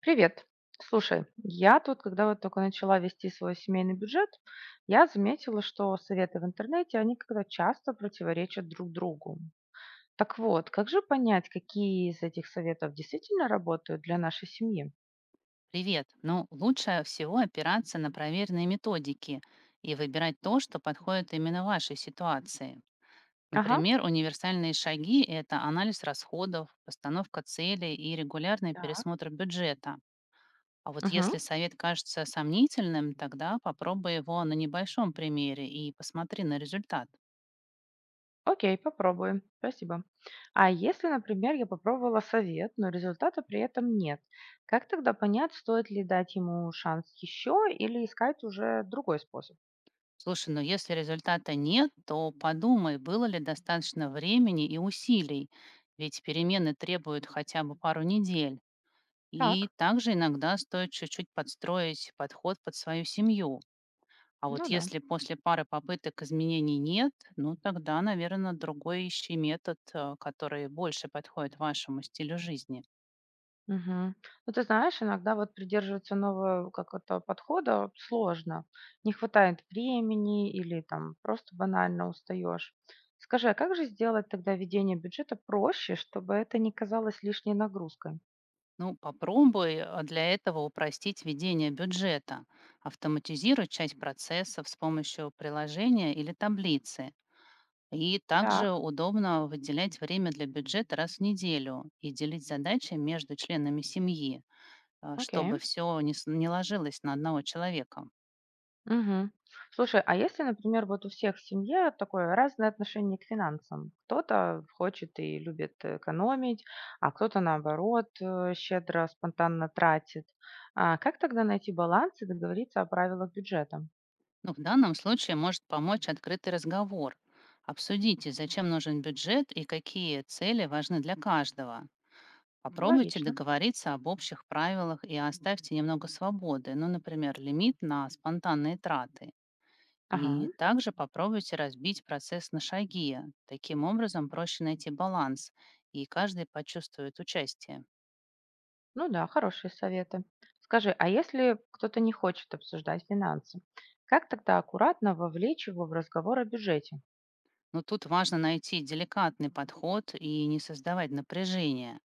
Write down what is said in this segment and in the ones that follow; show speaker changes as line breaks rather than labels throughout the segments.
Привет. Слушай, я тут, когда вот только начала вести свой семейный бюджет, я заметила, что советы в интернете, они когда часто противоречат друг другу. Так вот, как же понять, какие из этих советов действительно работают для нашей семьи?
Привет. Ну, лучше всего опираться на проверенные методики и выбирать то, что подходит именно вашей ситуации.
Ага.
Например, универсальные шаги — это анализ расходов, постановка целей и регулярный
Да.
пересмотр бюджета. А вот
Мгм.
если совет кажется сомнительным, тогда попробуй его на небольшом примере и посмотри на результат.
Окей, попробуем. Спасибо. А если, например, я попробовала совет, но результата при этом нет, как тогда понять, стоит ли дать ему шанс еще или искать уже другой способ?
Слушай, ну если результата нет, то подумай, было ли достаточно времени и усилий, ведь перемены требуют хотя бы пару недель. И
Так,
также иногда стоит чуть-чуть подстроить подход под свою семью. А вот
ну да.
если после пары попыток изменений нет, ну тогда, наверное, другой ищи метод, который больше подходит вашему стилю жизни.
Мгм. Ну, ты знаешь, иногда вот придерживаться нового какого-то подхода сложно. Не хватает времени или там просто банально устаешь. Скажи, а как же сделать тогда ведение бюджета проще, чтобы это не казалось лишней нагрузкой?
Ну, попробуй для этого упростить ведение бюджета, автоматизируй часть процессов с помощью приложения или таблицы. И также
Так,
удобно выделять время для бюджета раз в неделю и делить задачи между членами семьи, а,
окей.
чтобы все не ложилось на одного человека.
Мгм. Слушай, а если, например, вот у всех в семье такое разное отношение к финансам? Кто-то хочет и любит экономить, а кто-то, наоборот, щедро, спонтанно тратит. А как тогда найти баланс и договориться о правилах бюджета?
Ну, в данном случае может помочь открытый разговор. Обсудите, зачем нужен бюджет и какие цели важны для каждого. Попробуйте
Логично.
договориться об общих правилах и оставьте немного свободы, ну, например, лимит на спонтанные траты.
Ага,
И также попробуйте разбить процесс на шаги. Таким образом проще найти баланс, и каждый почувствует участие.
ну да, хорошие советы. Скажи, а если кто-то не хочет обсуждать финансы, как тогда аккуратно вовлечь его в разговор о бюджете?
Но тут важно найти деликатный подход и не создавать напряжения.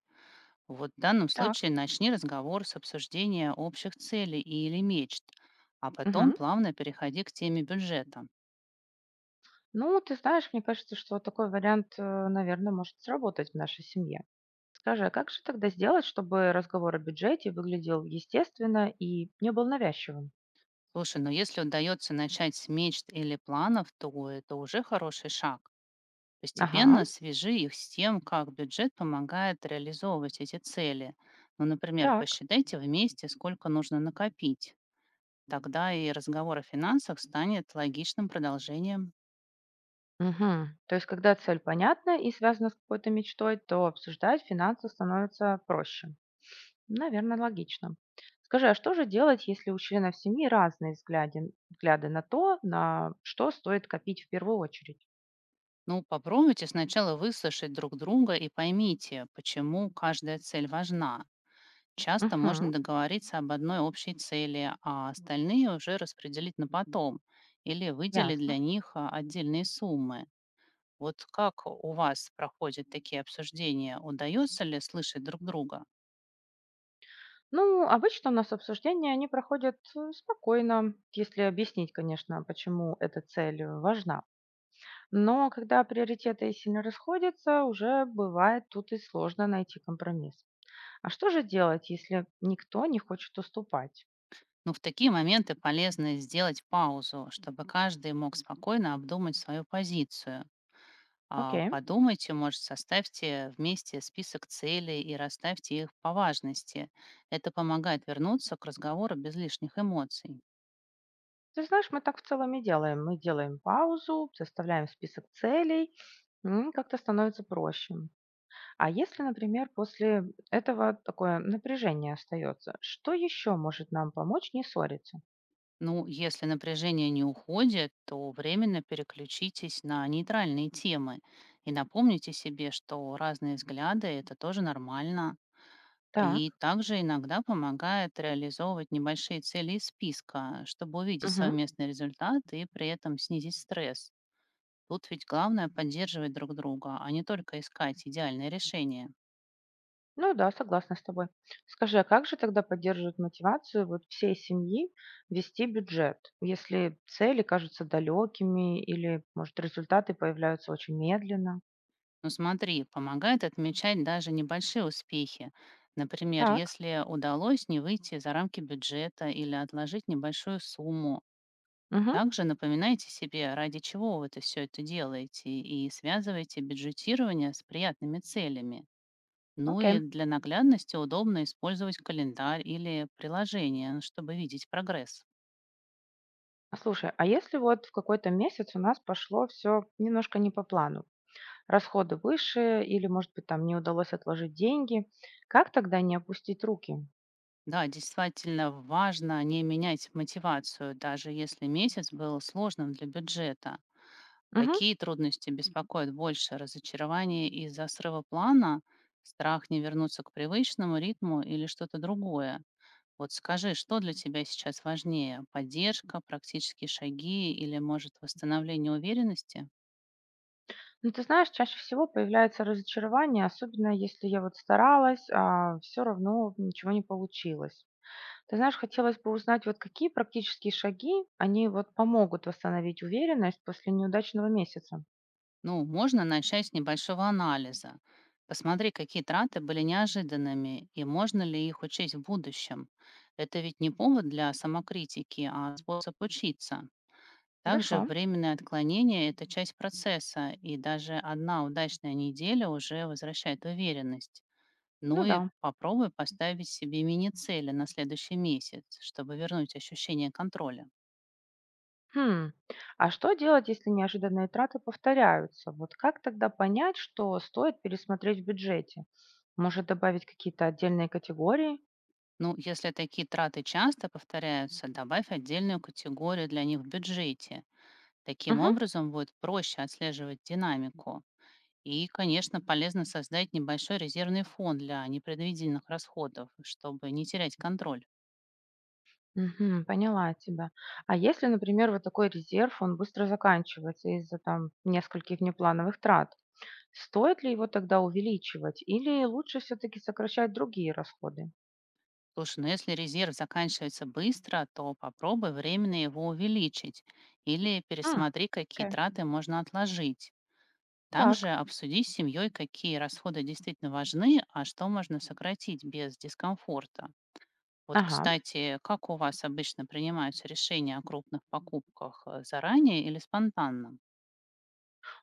Вот в данном
Так.
случае начни разговор с обсуждения общих целей или мечт, а потом
Мгм.
плавно переходи к теме бюджета.
Ну, ты знаешь, мне кажется, что вот такой вариант, наверное, может сработать в нашей семье. Скажи, а как же тогда сделать, чтобы разговор о бюджете выглядел естественно и не был навязчивым?
Слушай, но если удается начать с мечт или планов, то это уже хороший шаг.
Ага,
Постепенно свяжи их с тем, как бюджет помогает реализовывать эти цели. Ну, например,
так.
посчитайте вместе, сколько нужно накопить. Тогда и разговор о финансах станет логичным продолжением.
Мгм. То есть, когда цель понятна и связана с какой-то мечтой, то обсуждать финансы становится проще. Наверное, логично. Скажи, а что же делать, если у членов семьи разные взгляды, взгляды на то, на что стоит копить в первую очередь?
Ну, попробуйте сначала выслушать друг друга и поймите, почему каждая цель важна. Часто
Угу,
можно договориться об одной общей цели, а остальные уже распределить на потом или выделить
ясно.
для них отдельные суммы. Вот как у вас проходят такие обсуждения? Удается ли слышать друг друга?
Ну, обычно у нас обсуждения, они проходят спокойно, если объяснить, конечно, почему эта цель важна. Но когда приоритеты сильно расходятся, уже бывает тут и сложно найти компромисс. А что же делать, если никто не хочет уступать?
Ну, в такие моменты полезно сделать паузу, чтобы каждый мог спокойно обдумать свою позицию.
Окей.
Подумайте, может, составьте вместе список целей и расставьте их по важности. Это помогает вернуться к разговору без лишних эмоций.
Ты знаешь, мы так в целом и делаем. Мы делаем паузу, составляем список целей, м, как-то становится проще. А если, например, после этого такое напряжение остается, что еще может нам помочь не ссориться?
Ну, если напряжение не уходит, то временно переключитесь на нейтральные темы и напомните себе, что разные взгляды — это тоже нормально. И
Так.
также иногда помогает реализовывать небольшие цели из списка, чтобы увидеть
Мгм.
совместный результат и при этом снизить стресс. Тут ведь главное поддерживать друг друга, а не только искать идеальное решение.
Ну да, согласна с тобой. Скажи, а как же тогда поддерживать мотивацию вот всей семьи вести бюджет, если цели кажутся далекими или, может, результаты появляются очень медленно?
Ну смотри, помогает отмечать даже небольшие успехи. Например,
Так.
если удалось не выйти за рамки бюджета или отложить небольшую сумму.
Угу.
Также напоминайте себе, ради чего вы это все это делаете, и связывайте бюджетирование с приятными целями. Ну
Окей.
и для наглядности удобно использовать календарь или приложение, ну, чтобы видеть прогресс.
А, слушай, а если вот в какой-то месяц у нас пошло все немножко не по плану, расходы выше или, может быть, там не удалось отложить деньги, как тогда не опустить руки?
Да, действительно важно не менять мотивацию, даже если месяц был сложным для бюджета.
Мгм.
Какие трудности беспокоят больше? Разочарование из-за срыва плана, страх не вернуться к привычному ритму или что-то другое? Вот скажи, что для тебя сейчас важнее? Поддержка, практические шаги или, может, восстановление уверенности?
Ну, ты знаешь, чаще всего появляется разочарование, особенно если я вот старалась, а все равно ничего не получилось. Ты знаешь, хотелось бы узнать, вот какие практические шаги, они вот помогут восстановить уверенность после неудачного месяца.
Ну, можно начать с небольшого анализа. Посмотри, какие траты были неожиданными и можно ли их учесть в будущем. Это ведь не повод для самокритики, а способ учиться.
Хорошо,
Также временное отклонение — это часть процесса, и даже одна удачная неделя уже возвращает уверенность. Ну
ну да.
и попробуй поставить себе мини-цели на следующий месяц, чтобы вернуть ощущение контроля.
Хм. А что делать, если неожиданные траты повторяются? Вот как тогда понять, что стоит пересмотреть в бюджете? Может, добавить какие-то отдельные категории?
Ну, если такие траты часто повторяются, добавь отдельную категорию для них в бюджете. Таким
Мгм.
образом будет проще отслеживать динамику. И, конечно, полезно создать небольшой резервный фонд для непредвиденных расходов, чтобы не терять контроль.
Мгм. Поняла тебя. А если, например, вот такой резерв, он быстро заканчивается из-за там нескольких внеплановых трат, стоит ли его тогда увеличивать или лучше все-таки сокращать другие расходы?
Слушай, ну если резерв заканчивается быстро, то попробуй временно его увеличить или
М,
пересмотри, какие
окей.
траты можно отложить. Также
Так,
обсуди с семьей, какие расходы действительно важны, а что можно сократить без дискомфорта. Вот,
ага.
кстати, как у вас обычно принимаются решения о крупных покупках? Заранее или спонтанно?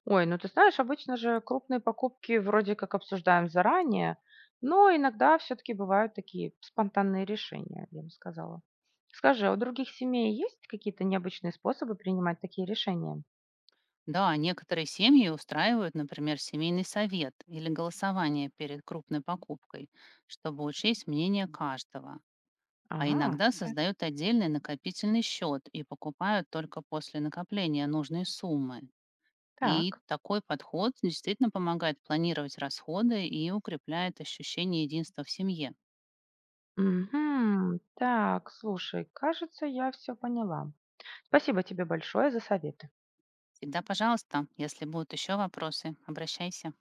Ой, ну ты знаешь, обычно же крупные покупки вроде как обсуждаем заранее, но иногда все-таки бывают такие спонтанные решения, я бы сказала. Скажи, а у других семей есть какие-то необычные способы принимать такие решения?
Да, некоторые семьи устраивают, например, семейный совет или голосование перед крупной покупкой, чтобы учесть мнение каждого.
А,
А иногда
окей,
создают отдельный накопительный счет и покупают только после накопления нужной суммы. И
так.
такой подход действительно помогает планировать расходы и укрепляет ощущение единства в семье.
Мгм. Так, слушай, кажется, я все поняла. Спасибо тебе большое за советы.
Всегда пожалуйста, если будут еще вопросы, обращайся.